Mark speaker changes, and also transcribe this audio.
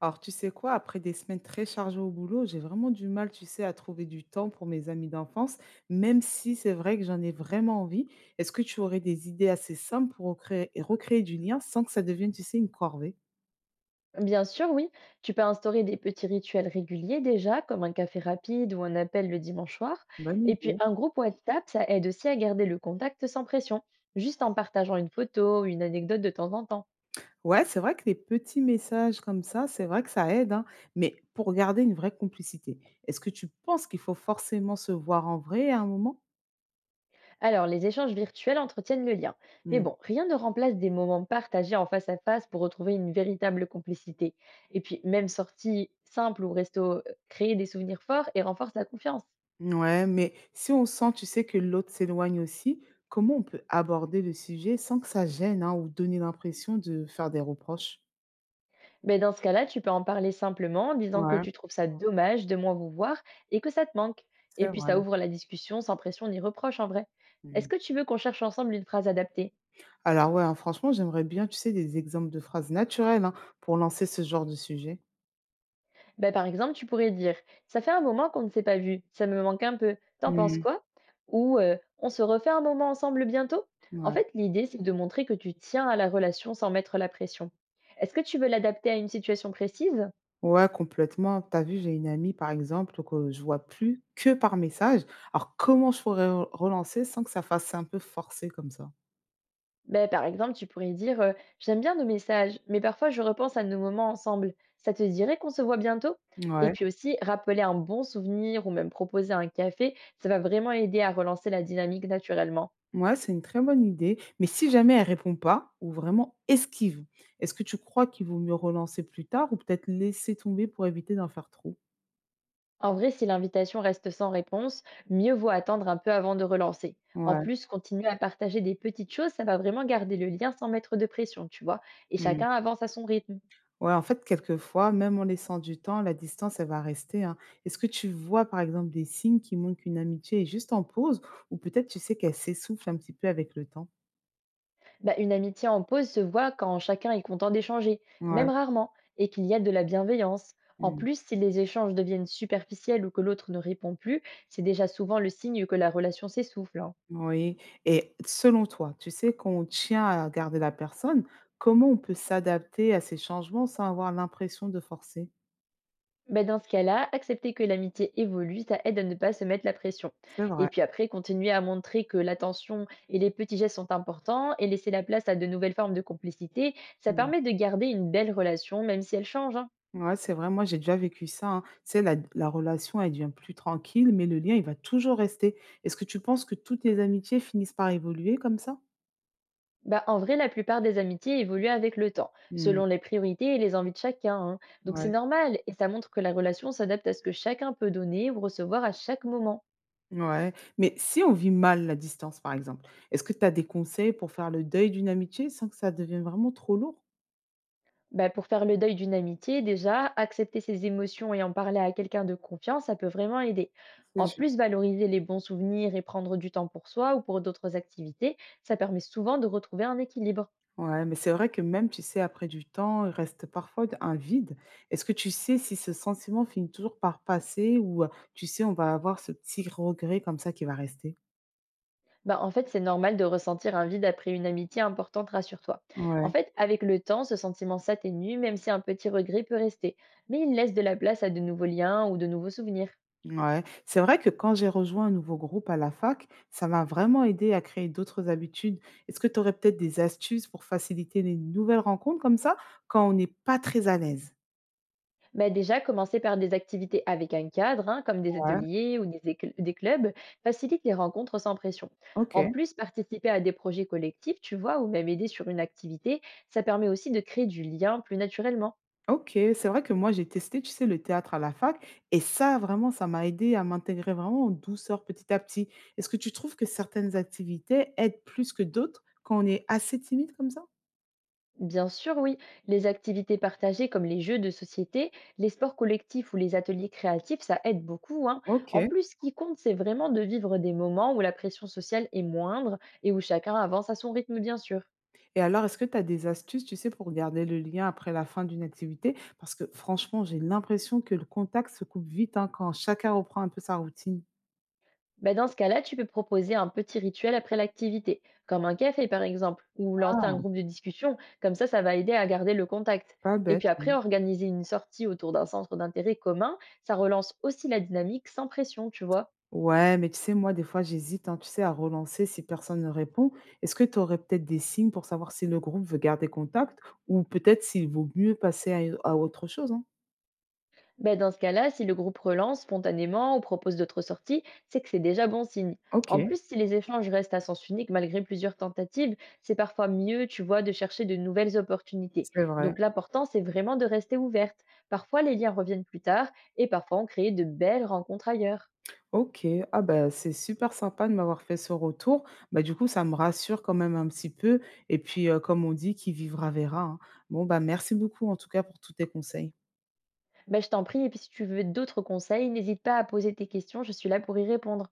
Speaker 1: Alors, tu sais quoi, après des semaines très chargées au boulot, j'ai vraiment du mal, tu sais, à trouver du temps pour mes amis d'enfance, même si c'est vrai que j'en ai vraiment envie. Est-ce que tu aurais des idées assez simples pour recréer du lien sans que ça devienne, tu sais, une corvée?
Speaker 2: Bien sûr, oui. Tu peux instaurer des petits rituels réguliers déjà, comme un café rapide ou un appel le dimanche soir.
Speaker 1: Bonne
Speaker 2: Et puis
Speaker 1: idée.
Speaker 2: un groupe WhatsApp, ça aide aussi à garder le contact sans pression, juste en partageant une photo ou une anecdote de temps en temps.
Speaker 1: Ouais, c'est vrai que les petits messages comme ça, c'est vrai que ça aide, hein, mais pour garder une vraie complicité, est-ce que tu penses qu'il faut forcément se voir en vrai à un moment?
Speaker 2: Alors, les échanges virtuels entretiennent le lien. Mais bon, rien ne remplace des moments partagés en face à face pour retrouver une véritable complicité. Et puis, même sortie simple ou resto, créer des souvenirs forts et renforce la confiance.
Speaker 1: Ouais, mais si on sent, tu sais, que l'autre s'éloigne aussi, comment on peut aborder le sujet sans que ça gêne hein, ou donner l'impression de faire des reproches?
Speaker 2: Mais dans ce cas-là, tu peux en parler simplement en disant que
Speaker 1: Ouais,
Speaker 2: tu trouves ça dommage de moins vous voir et que ça te manque. Et
Speaker 1: c'est
Speaker 2: puis
Speaker 1: vrai.
Speaker 2: ça ouvre la discussion sans pression ni reproche en vrai. Est-ce
Speaker 1: Mm.
Speaker 2: que tu veux qu'on cherche ensemble une phrase adaptée?
Speaker 1: Alors ouais, hein, franchement, j'aimerais bien, tu sais, des exemples de phrases naturelles hein, pour lancer ce genre de sujet.
Speaker 2: Ben, par exemple, tu pourrais dire: Ça fait un moment qu'on ne s'est pas vu, ça me manque un peu, t'en penses
Speaker 1: Mm.
Speaker 2: quoi? Ou On se refait un moment ensemble bientôt? En
Speaker 1: Ouais.
Speaker 2: fait, l'idée, c'est de montrer que tu tiens à la relation sans mettre la pression. Est-ce que tu veux l'adapter à une situation précise?
Speaker 1: Ouais, complètement. T'as vu, j'ai une amie, par exemple, que je vois plus que par message. Alors, comment je pourrais relancer sans que ça fasse un peu forcé comme ça?
Speaker 2: Ben, par exemple, tu pourrais dire J'aime bien nos messages, mais parfois je repense à nos moments ensemble. Ça te dirait qu'on se voit bientôt? Et
Speaker 1: Ouais.
Speaker 2: puis aussi, rappeler un bon souvenir ou même proposer un café, ça va vraiment aider à relancer la dynamique naturellement.
Speaker 1: Ouais, c'est une très bonne idée, mais si jamais elle répond pas ou vraiment esquive, est-ce que tu crois qu'il vaut mieux relancer plus tard ou peut-être laisser tomber pour éviter d'en faire trop?
Speaker 2: En vrai, si l'invitation reste sans réponse, mieux vaut attendre un peu avant de relancer. En
Speaker 1: Ouais,
Speaker 2: plus, continuer à partager des petites choses, ça va vraiment garder le lien sans mettre de pression, tu vois. Et
Speaker 1: mmh.
Speaker 2: chacun avance à son rythme.
Speaker 1: Ouais, en fait, quelquefois, même en laissant du temps, la distance, elle va rester, hein. Est-ce que tu vois, par exemple, des signes qui montrent qu'une amitié est juste en pause ou peut-être tu sais qu'elle s'essouffle un petit peu avec le temps?
Speaker 2: Bah, une amitié en pause se voit quand chacun est content d'échanger,
Speaker 1: Ouais,
Speaker 2: même rarement, et qu'il y a de la bienveillance. En
Speaker 1: mmh,
Speaker 2: plus, si les échanges deviennent superficiels ou que l'autre ne répond plus, c'est déjà souvent le signe que la relation s'essouffle, hein.
Speaker 1: oui, et selon toi, tu sais, quand on tient à garder la personne, comment on peut s'adapter à ces changements sans avoir l'impression de forcer?
Speaker 2: Bah, dans ce cas-là, accepter que l'amitié évolue, ça aide à ne pas se mettre la pression.
Speaker 1: C'est
Speaker 2: Et
Speaker 1: vrai.
Speaker 2: puis après, continuer à montrer que l'attention et les petits gestes sont importants et laisser la place à de nouvelles formes de complicité, ça
Speaker 1: Mmh.
Speaker 2: permet de garder une belle relation, même si elle change, hein.
Speaker 1: Ouais, c'est vrai, moi j'ai déjà vécu ça, hein. Tu sais, la relation elle devient plus tranquille, mais le lien il va toujours rester. Est-ce que tu penses que toutes les amitiés finissent par évoluer comme ça?
Speaker 2: Bah, en vrai, la plupart des amitiés évoluent avec le temps,
Speaker 1: Mmh.
Speaker 2: selon les priorités et les envies de chacun, hein. Donc c'est
Speaker 1: Ouais,
Speaker 2: normal et ça montre que la relation s'adapte à ce que chacun peut donner ou recevoir à chaque moment.
Speaker 1: ouais, mais si on vit mal la distance par exemple, est-ce que tu as des conseils pour faire le deuil d'une amitié sans que ça devienne vraiment trop lourd?
Speaker 2: Bah, pour faire le deuil d'une amitié, déjà, accepter ses émotions et en parler à quelqu'un de confiance, ça peut vraiment aider.
Speaker 1: C'est
Speaker 2: En plus,
Speaker 1: juste.
Speaker 2: valoriser les bons souvenirs et prendre du temps pour soi ou pour d'autres activités, ça permet souvent de retrouver un équilibre.
Speaker 1: Ouais, mais c'est vrai que même, tu sais, après du temps, il reste parfois d un vide. Est-ce que tu sais si ce sentiment finit toujours par passer ou, tu sais, on va avoir ce petit regret comme ça qui va rester?
Speaker 2: Bah, en fait, c'est normal de ressentir un vide après une amitié importante, rassure-toi. En
Speaker 1: Ouais,
Speaker 2: fait, avec le temps, ce sentiment s'atténue, même si un petit regret peut rester. Mais il laisse de la place à de nouveaux liens ou de nouveaux souvenirs.
Speaker 1: ouais. C'est vrai que quand j'ai rejoint un nouveau groupe à la fac, ça m'a vraiment aidé à créer d'autres habitudes. Est-ce que tu aurais peut-être des astuces pour faciliter les nouvelles rencontres comme ça quand on n'est pas très à l'aise?
Speaker 2: Bah, déjà, commencer par des activités avec un cadre, hein, comme des
Speaker 1: Ouais,
Speaker 2: ateliers ou des clubs, facilite les rencontres sans pression.
Speaker 1: ok,
Speaker 2: En plus, participer à des projets collectifs, tu vois, ou même aider sur une activité, ça permet aussi de créer du lien plus naturellement.
Speaker 1: ok. C'est vrai que moi, j'ai testé, tu sais, le théâtre à la fac et ça, vraiment, ça m'a aidé à m'intégrer vraiment en douceur petit à petit. Est-ce que tu trouves que certaines activités aident plus que d'autres quand on est assez timide comme ça?
Speaker 2: Bien sûr, oui. Les activités partagées comme les jeux de société, les sports collectifs ou les ateliers créatifs, ça aide beaucoup, hein.
Speaker 1: Ok.
Speaker 2: En plus, ce qui compte, c'est vraiment de vivre des moments où la pression sociale est moindre et où chacun avance à son rythme, bien sûr.
Speaker 1: Et alors, est-ce que tu as des astuces, tu sais, pour garder le lien après la fin d'une activité? Parce que franchement, j'ai l'impression que le contact se coupe vite, hein, quand chacun reprend un peu sa routine.
Speaker 2: Bah, dans ce cas-là, tu peux proposer un petit rituel après l'activité, comme un café par exemple, ou lancer un
Speaker 1: Ah,
Speaker 2: groupe de discussion. Comme ça va aider à garder le contact.
Speaker 1: pas
Speaker 2: Et
Speaker 1: bête,
Speaker 2: puis après,
Speaker 1: oui.
Speaker 2: organiser une sortie autour d'un centre d'intérêt commun, ça relance aussi la dynamique sans pression, tu vois.
Speaker 1: Ouais, mais tu sais, moi, des fois, j'hésite, hein, tu sais, à relancer si personne ne répond. Est-ce que tu aurais peut-être des signes pour savoir si le groupe veut garder contact ou peut-être s'il vaut mieux passer à autre chose, hein?
Speaker 2: Ben, dans ce cas-là, si le groupe relance spontanément ou propose d'autres sorties, c'est que c'est déjà bon signe.
Speaker 1: Ok,
Speaker 2: En plus, si les échanges restent à sens unique malgré plusieurs tentatives, c'est parfois mieux, tu vois, de chercher de nouvelles opportunités.
Speaker 1: c'est vrai.
Speaker 2: Donc l'important, c'est vraiment de rester ouverte. Parfois, les liens reviennent plus tard et parfois on crée de belles rencontres ailleurs.
Speaker 1: OK. Ah bah, c'est super sympa de m'avoir fait ce retour. Bah, du coup, ça me rassure quand même un petit peu et puis, comme on dit: «Qui vivra verra», hein. Bon, bah, merci beaucoup en tout cas pour tous tes conseils.
Speaker 2: Ben, je t'en prie, et puis si tu veux d'autres conseils, n'hésite pas à poser tes questions, je suis là pour y répondre.